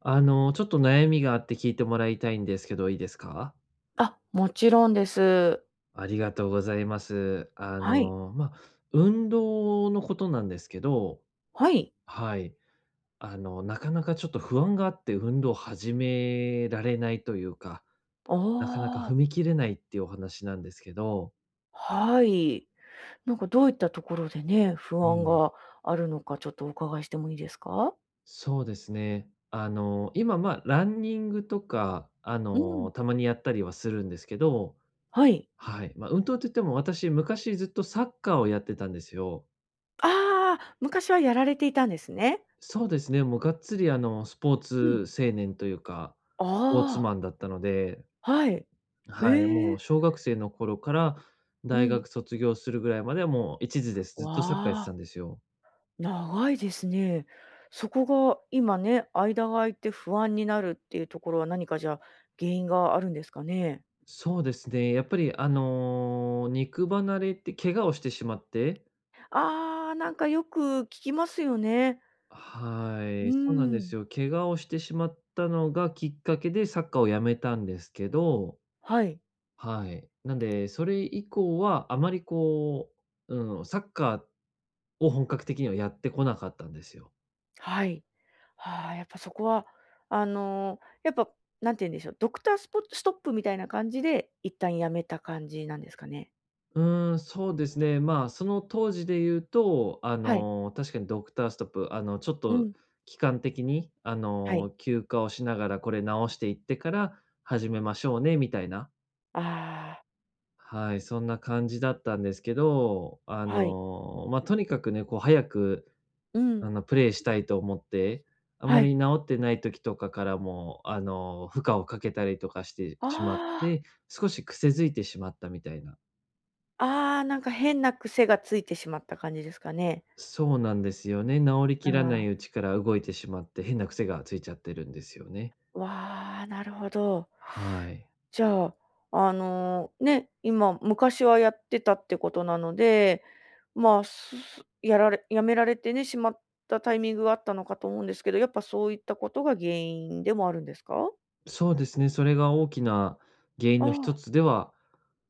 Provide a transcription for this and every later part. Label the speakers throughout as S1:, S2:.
S1: ちょっと悩みがあって聞いてもらいたいんですけど、いいですか？
S2: あ、もちろんです。
S1: ありがとうございます。
S2: はい。
S1: 運動のことなんですけど、
S2: はい。
S1: はい。なかなかちょっと不安があって、運動を始められないというか、
S2: あ
S1: なかなか踏
S2: あ、
S1: み切れないっていうお話なんですけど。
S2: はい。なんかどういったところでね、不
S1: う
S2: 安
S1: ん、
S2: があるのか、ちょっとお伺いしてもいいですか？
S1: そうですね。今、ランニングとか、
S2: うん、
S1: たまにやったりはするんですけど、
S2: はい。
S1: はい。運動といっても私、昔ずっとサッカーをやってたんですよ。
S2: ああ、昔はやられていたんですね。
S1: そうですね、もうがっつりスポー
S2: うん。
S1: ツ青年というか、スポーツ
S2: ああ、
S1: マンだったので、
S2: はい。え
S1: はい、もう
S2: え、
S1: 小学生の頃から
S2: う
S1: 大
S2: ん。
S1: 学卒業するぐらいまではもう一途です。ずっとサッカーやって
S2: わ
S1: た
S2: あ、
S1: んですよ。
S2: 長いですね。そこが今ね、間が空いて不安になるっていうところは、何かじゃあ、原因があるんですかね？
S1: そうですね、やっぱり肉離れって怪我をしてしまって、
S2: ああ、なんかよく聞きますよね。
S1: は
S2: うー
S1: い、そうなんで
S2: ん。
S1: すよ。怪我をしてしまったのがきっかけでサッカーをやめたんですけど、
S2: はい。
S1: はい。なんで、それ以降はあまりう、うん、サッカーを本格的にはやってこなかったんですよ。
S2: はい。ああ、やっぱそこは、やっぱ、なんて言うんでしょう、ドクタースポストップみたいな感じで、一旦やめた感じなんですかね？
S1: うーん、そうですね。まあ、その当時で言うと、
S2: はい。
S1: 確かにドクターストップ、ちょっ
S2: う
S1: と
S2: ん。
S1: 期間的に、
S2: はい。
S1: 休暇をしながらこれ直していってから始めましょうねみたいな、
S2: ああ、
S1: はい、そんな感じだったんですけど、
S2: はい。
S1: まあ、とにかくね、こう早く、
S2: うん。
S1: プレイしたいと思って、あん
S2: は
S1: ま
S2: い。
S1: り治ってない時とかからも、負荷をかけたりとかしてしまっ
S2: あ
S1: て、少し癖づいてしまったみたいな。
S2: あ、ああ、なんか変な癖がついてしまった感じですかね？
S1: そうなんですよね。治りきらな
S2: あ
S1: いうちから動いてしまって、変な癖がついちゃってるんですよね。
S2: あ、わあ、なるほど。
S1: はい。
S2: じゃあ、ね、今昔はやってたってことなので、まあ、すやめられてね、しまったタイミングがあったのかと思うんですけど、やっぱそういったことが原因でもあるんですか？
S1: そうですね、それが大きな原
S2: あ
S1: 因の一
S2: あ、
S1: つでは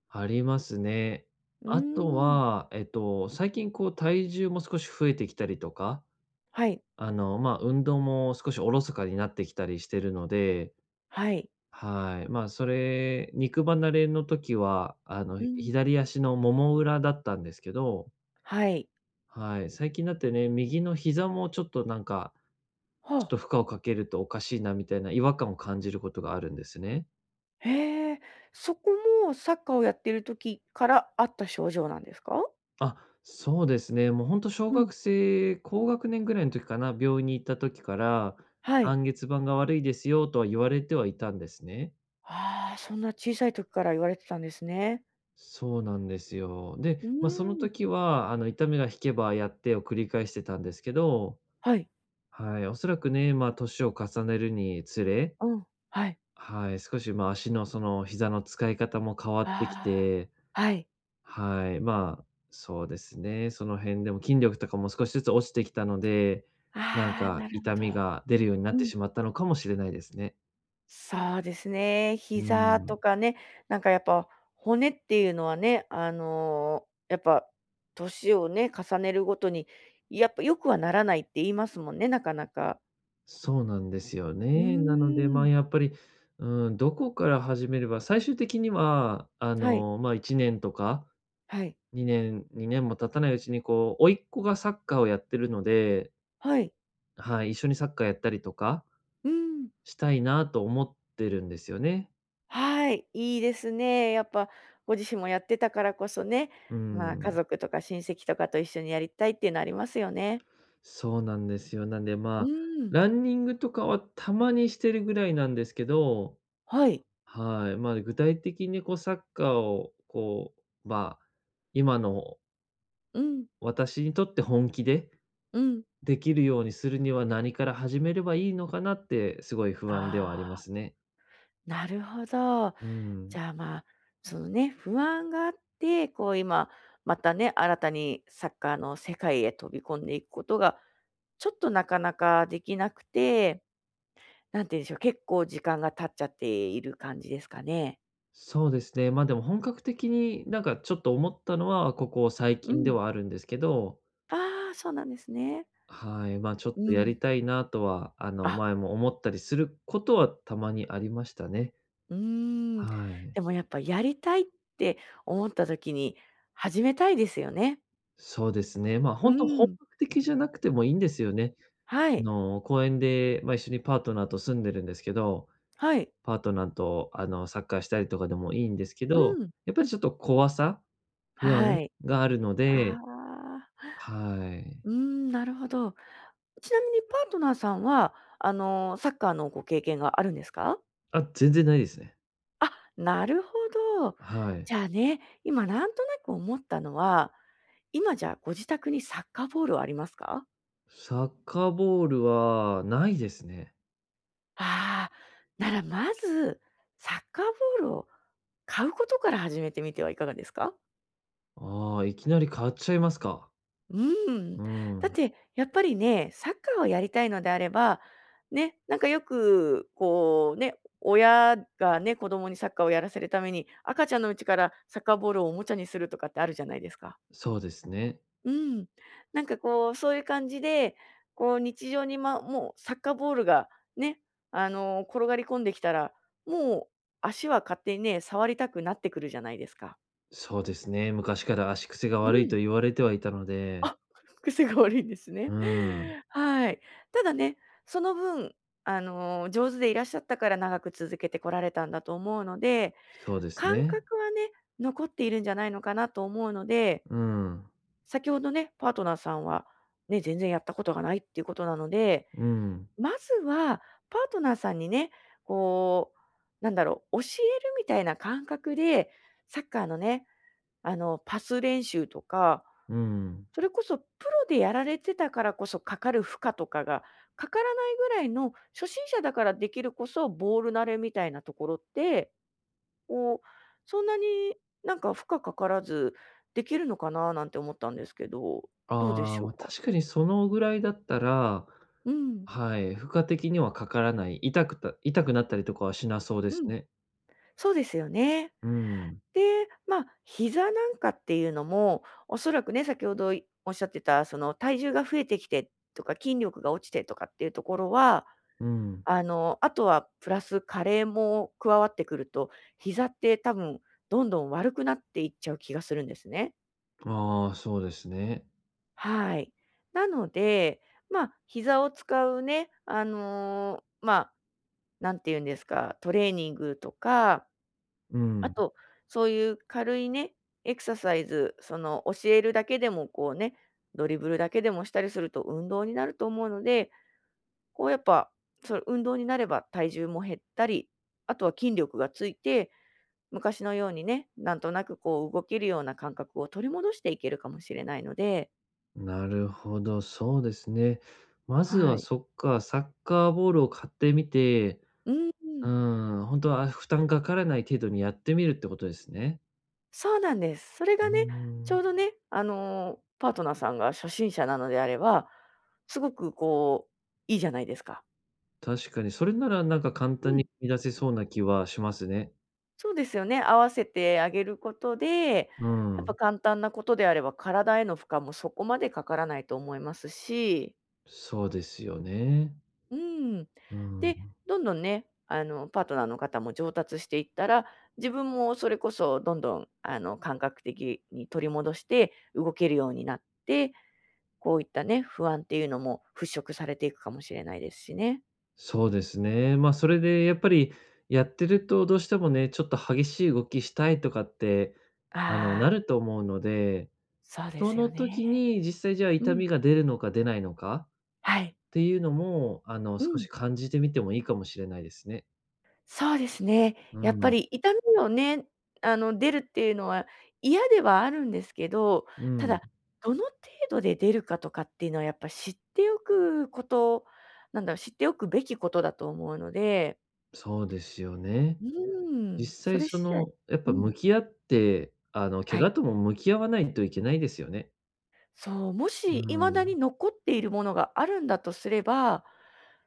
S1: ありますね。
S2: うー
S1: あと
S2: ん。
S1: は、最近こう体重も少し増えてきたりとか、
S2: はい、
S1: まあ、運動も少しおろそかになってきたりしてるので、
S2: はい。
S1: はい。まあ、それ、肉離れの時は、
S2: うん、
S1: 左足のもも裏だったんですけど、
S2: はい。
S1: はい、最近だってね、右の膝もちょっとなんか、
S2: は
S1: ちょっ
S2: あ、
S1: と負荷をかけるとおかしいなみたいな違和感を感じることがあるんですね。
S2: へえ、そこもサッカーをやってる時からあった症状なんですか？
S1: あ、そうですね。もうほんと小
S2: うん、
S1: 学生、高学年ぐらいの時かな、病院に行った時から、
S2: はい。
S1: 半月板が悪いですよとは言われてはいたんですね。
S2: ああ、そんな小さい時から言われてたんですね。
S1: そうなんですよ。
S2: う
S1: で、
S2: ー
S1: まあ、その
S2: ん。
S1: 時はあの痛みが引けばやってを繰り返してたんですけど、
S2: はい。
S1: はい、おそらくね、まあ、年を重ねるにつれ、
S2: うん、はい。
S1: はい、少し、ま、足のその膝の使い方も変わってき
S2: ああ、
S1: て、
S2: はい。
S1: はい、まあ、そうですね、その辺でも筋力とかも少しずつ落ちてきたので、なん
S2: ああ、
S1: か
S2: なるほ
S1: 痛
S2: ど。
S1: みが出るようになっ
S2: う
S1: て
S2: ん。
S1: しまったのかもしれないですね。
S2: そうですね。
S1: う
S2: 膝と
S1: ん、
S2: かね、なんかやっぱ骨っていうのはね、やっぱ年をね、重ねるごとに、やっぱ良くはならないって言いますもんね、なかなか。
S1: そうなんですよ
S2: う
S1: ね。なので、ま
S2: ーん。
S1: あ、やっぱり、うん、どこから始めれば、最終的には、
S2: はい、
S1: まあ、1年とか
S2: はい、
S1: 2年、2年も経たないうちにこう、甥っ子がサッカーをやってるので、
S2: はい。
S1: はい、一緒にサッカーやったりとか
S2: うーん。
S1: したいなと思ってるんですよね。
S2: はい、いいですね。やっぱご自身もやってたからこそね、
S1: う
S2: まあ、家
S1: ん、
S2: 族とか親戚とかと一緒にやりたいっていうのありますよね。
S1: そうなんですよ。なんで、
S2: う
S1: まあ、
S2: ーん、
S1: ランニングとかはたまにしてるぐらいなんですけど、
S2: はい。
S1: はい、まあ、具体的にこうサッカーをまあ、今の
S2: うん。
S1: 私にとって本気で
S2: うん。
S1: できるようにするには何から始めればいいのかなってすごい不安ではあ
S2: あ
S1: りま
S2: あ、
S1: すね。
S2: なるほど。
S1: うん。
S2: じゃあ、まあ、そのね、不安があって、こう今、またね、新たにサッカーの世界へ飛び込んでいくことが、ちょっとなかなかできなくて、なんて言うんでしょう、結構時間が経っちゃっている感じですかね。
S1: そうですね。まあ、でも本格的になんかちょっと思ったのは、ここ最
S2: う
S1: 近で
S2: ん。
S1: はあるんですけど、
S2: ああ、そうなんですね。
S1: はい、まあ、ちょっ
S2: う
S1: とや
S2: ん。
S1: りたいなとは、
S2: あ、
S1: 前も思ったりすることはたまにありましたね。
S2: うーん。
S1: はい。
S2: でもやっぱやりたいって思った時に始めたいですよね。
S1: そうですね。
S2: う
S1: 本当本
S2: ん。
S1: 格的じゃなくてもいいんですよね。
S2: はい。
S1: 公園で、まあ、一緒にパートナーと住んでるんですけど、
S2: はい。
S1: パートナーと、サッカーしたりとかでもいいんですけ
S2: う
S1: ど、
S2: ん。
S1: やっぱりちょっと怖さ、不安
S2: はい。
S1: があるので、
S2: ああ、
S1: はい。
S2: うーん、なるほど。ちなみにパートナーさんは、サッカーのご経験があるんですか？
S1: あ、全然ないですね。
S2: あ、なるほど。
S1: はい。
S2: じゃあね、今なんとなく思ったのは、今じゃあご自宅にサッカーボールはありますか？
S1: サッカーボールはないですね。
S2: ああ、ならまず、サッカーボールを買うことから始めてみてはいかがですか？
S1: ああ、いきなり買っちゃいますか？
S2: うん。
S1: う
S2: だっ
S1: ん、
S2: て、やっぱりね、サッカーをやりたいのであれば、ね、なんかよく、こうね、親がね、子供にサッカーをやらせるために、赤ちゃんのうちからサッカーボールをおもちゃにするとかってあるじゃないですか。
S1: そうですね。
S2: うん。なんかこう、そういう感じで、こう日常に、ま、もうサッカーボールがね、転がり込んできたら、もう足は勝手にね、触りたくなってくるじゃないですか。
S1: そうですね。昔から足癖が
S2: う
S1: 悪いと
S2: ん。
S1: 言われてはいたので、
S2: あ、癖が悪いんです
S1: う
S2: ね。
S1: ん、
S2: はい。ただね、その分、上手でいらっしゃったから長く続けてこられたんだと思うので、
S1: そうです
S2: 感
S1: ね。
S2: 覚はね、残っているんじゃないのかなと思うので、
S1: うん、
S2: 先ほどね、パートナーさんは、ね、全然やったことがないっていうことなので、
S1: うん、
S2: まずはパートナーさんにね、こう、なんだろう、教えるみたいな感覚で、サッカーのね、パス練習とか、
S1: うん。
S2: それこそプロでやられてたからこそかかる負荷とかがかからないぐらいの、初心者だからできるこそボール慣れみたいなところって、こう、そんなになんか負荷かからずできるのかななんて思ったんですけど、どうで
S1: あ
S2: し
S1: あ、
S2: ょう
S1: ま、
S2: か？
S1: 確かにそのぐらいだったら、
S2: うん、
S1: はい、負荷的にはかからない、痛くなったりとかはしなそうです
S2: うん、
S1: ね。
S2: そうですよね。
S1: うん、
S2: で、まあ、膝なんかっていうのも、おそらくね、先ほどおっしゃってた、その体重が増えてきてとか、筋力が落ちてとかっていうところは
S1: うん。
S2: あとはプラス加齢も加わってくると、膝って多分どんどん悪くなっていっちゃう気がするんですね。
S1: ああ、そうですね。
S2: はい。なので、まあ、膝を使うね、まあ、なんて言うんですか、トレーニングとか、
S1: う
S2: あ
S1: ん、
S2: と、そういう軽いね、エクササイズ、その教えるだけでもこうね、ドリブルだけでもしたりすると運動になると思うので、こうやっぱ、それ運動になれば体重も減ったり、あとは筋力がついて昔のようにね、なんとなくこう動けるような感覚を取り戻していけるかもしれないので、
S1: なるほど、そうですね。まず
S2: は
S1: は
S2: い。
S1: そっか、サッカーボールを買ってみて、
S2: う
S1: う
S2: ん、
S1: ん、本当は、負担かからない程度にやってみるってことですね。
S2: そうなんです。それ
S1: う
S2: が
S1: ー
S2: ね、ちょ
S1: ん、
S2: うどね、パートナーさんが初心者なのであれば、すごくこう、いいじゃないですか。
S1: 確かにそれならなんか簡
S2: う
S1: 単に
S2: ん、
S1: 生み出せそうな気はしますね。
S2: そうですよね。合わせてあげることで、
S1: う
S2: やっぱ
S1: ん、
S2: 簡単なことであれば、体への負荷もそこまでかからないと思いますし、
S1: そうですよね。
S2: うん。
S1: う
S2: で、
S1: ん、
S2: どんどんね、パートナーの方も上達していったら、自分もそれこそどんどん、感覚的に取り戻して動けるようになって、こういったね、不安っていうのも払拭されていくかもしれないですしね。
S1: そうですね。まあ、それでやっぱりやってるとどうしてもね、ちょっと激しい動きしたいとかって、な
S2: ああ、
S1: ると思うので、
S2: そうで
S1: そ
S2: すよ
S1: の時
S2: ね。
S1: に実際じゃあ
S2: う
S1: 痛
S2: ん。
S1: みが出るのか出ないのか
S2: はい。
S1: っていうのも、
S2: う
S1: 少
S2: ん。
S1: し感じてみてもいいかもしれないですね。
S2: そうですね。
S1: う
S2: やっぱ
S1: ん、
S2: り痛みをね、出るっていうのは嫌ではあるんですけど、
S1: う
S2: た
S1: ん。
S2: だ、どの程度で出るかとかっていうのはやっぱ知っておくこと、なんだろう、知っておくべきことだと思うので、
S1: そうですよね。
S2: うー
S1: 実
S2: ん、そ
S1: 際
S2: れ
S1: そ
S2: 次第、
S1: の、やっ
S2: う
S1: ぱ向
S2: ん、
S1: き合って、怪
S2: はい。
S1: 我とも向き合わないといけないですよね。
S2: そう、も
S1: う
S2: し未だに
S1: ん。
S2: 残っているものがあるんだとすれば、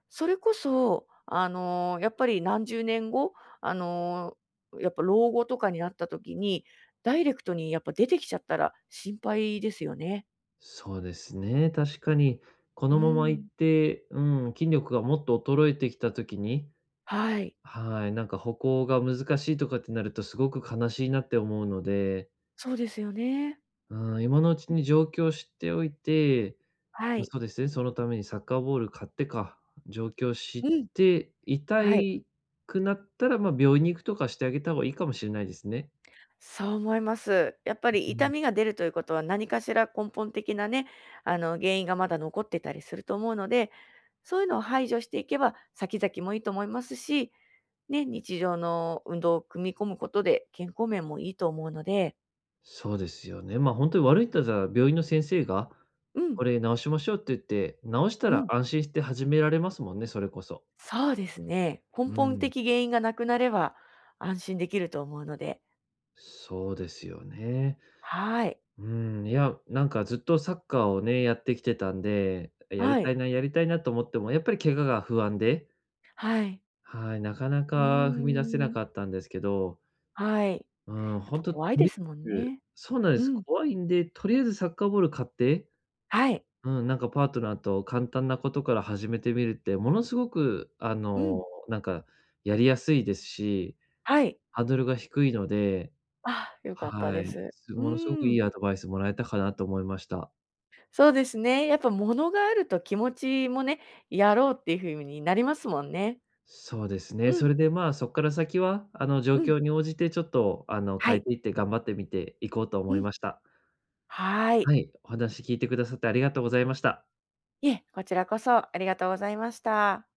S2: それこそ、やっぱり何十年後、あの、やっぱ老後とかになった時に、ダイレクトにやっぱ出てきちゃったら心配ですよね。
S1: そうですね、確かに。こ
S2: う
S1: のまま行っ
S2: ん。
S1: て、うん、筋力がもっと衰えてきた時に、
S2: はい。
S1: はい、なんか歩行が難しいとかってなるとすごく悲しいなって思うので、
S2: そうですよね。
S1: うん、今のうちに状況を知っておいて、
S2: は
S1: ま、
S2: い。
S1: そうですね、そのためにサッカーボール買ってか、状況を知っ
S2: うん。
S1: て、痛
S2: はい。
S1: いくなったら、ま、病院に行くとかしてあげた方がいいかもしれないですね。
S2: そう思います。やっぱ
S1: う
S2: り
S1: う
S2: 痛
S1: ん。
S2: みが出るということは、何かしら根本的なね、原因がまだ残ってたりすると思うので、そういうのを排除していけば、先々もいいと思いますし、ね、日常の運動を組み込むことで健康面もいいと思うので、
S1: そうですよね。ま、ほんとに悪いとさ、病院の先生が、
S2: うん、
S1: これ治しましょうって言って、治した
S2: う
S1: ら
S2: ん、
S1: 安心して始められますもんね、それこそ。
S2: そうですね。
S1: う
S2: 根
S1: ー
S2: 本
S1: ん。
S2: 的原因がなくなれば安心できると思うので、
S1: そうですよね。
S2: はい、
S1: うーん、いや、なんかずっとサッカーをね、やってきてたんで、やり
S2: は
S1: た
S2: い、
S1: いな、やりたいなと思っても、やっぱり怪我が不安で、
S2: はい、
S1: はい、なかな
S2: う
S1: か踏み出せな
S2: ーん、
S1: かったんですけど、
S2: はい。
S1: うん、
S2: やっ
S1: ほ
S2: ぱ
S1: んと、と
S2: 怖い
S1: り
S2: ですもん
S1: あえず
S2: ね。
S1: そうなんで
S2: う
S1: す。
S2: ん、
S1: 怖いんで、とりあえずサッカーボール買って、
S2: はい、
S1: うん、なんかパートナーと簡単なことから始めてみるって、ものすごく
S2: うん。
S1: なんかやりやすいですし、
S2: はい。
S1: ハードルが低いので、
S2: あ、良かった
S1: は
S2: で
S1: い、
S2: す。う
S1: ものすごく
S2: ー
S1: い
S2: ん。
S1: いアドバイスもらえたかなと思いました。
S2: そうですね。やっぱ物があると気持ちもね、やろうっていう風になりますもんね。
S1: そうです
S2: う
S1: ね。そ
S2: ん、
S1: れで、まあ、そっから先は、状
S2: うん、
S1: 況に応じてちょっと、
S2: は
S1: 変え
S2: い、
S1: ていって頑張ってみていこうと
S2: う
S1: 思い
S2: ん、
S1: ました。
S2: はい。
S1: はい、お話聞いてくださってありがとうございました。
S2: いえ、こちらこそありがとうございました。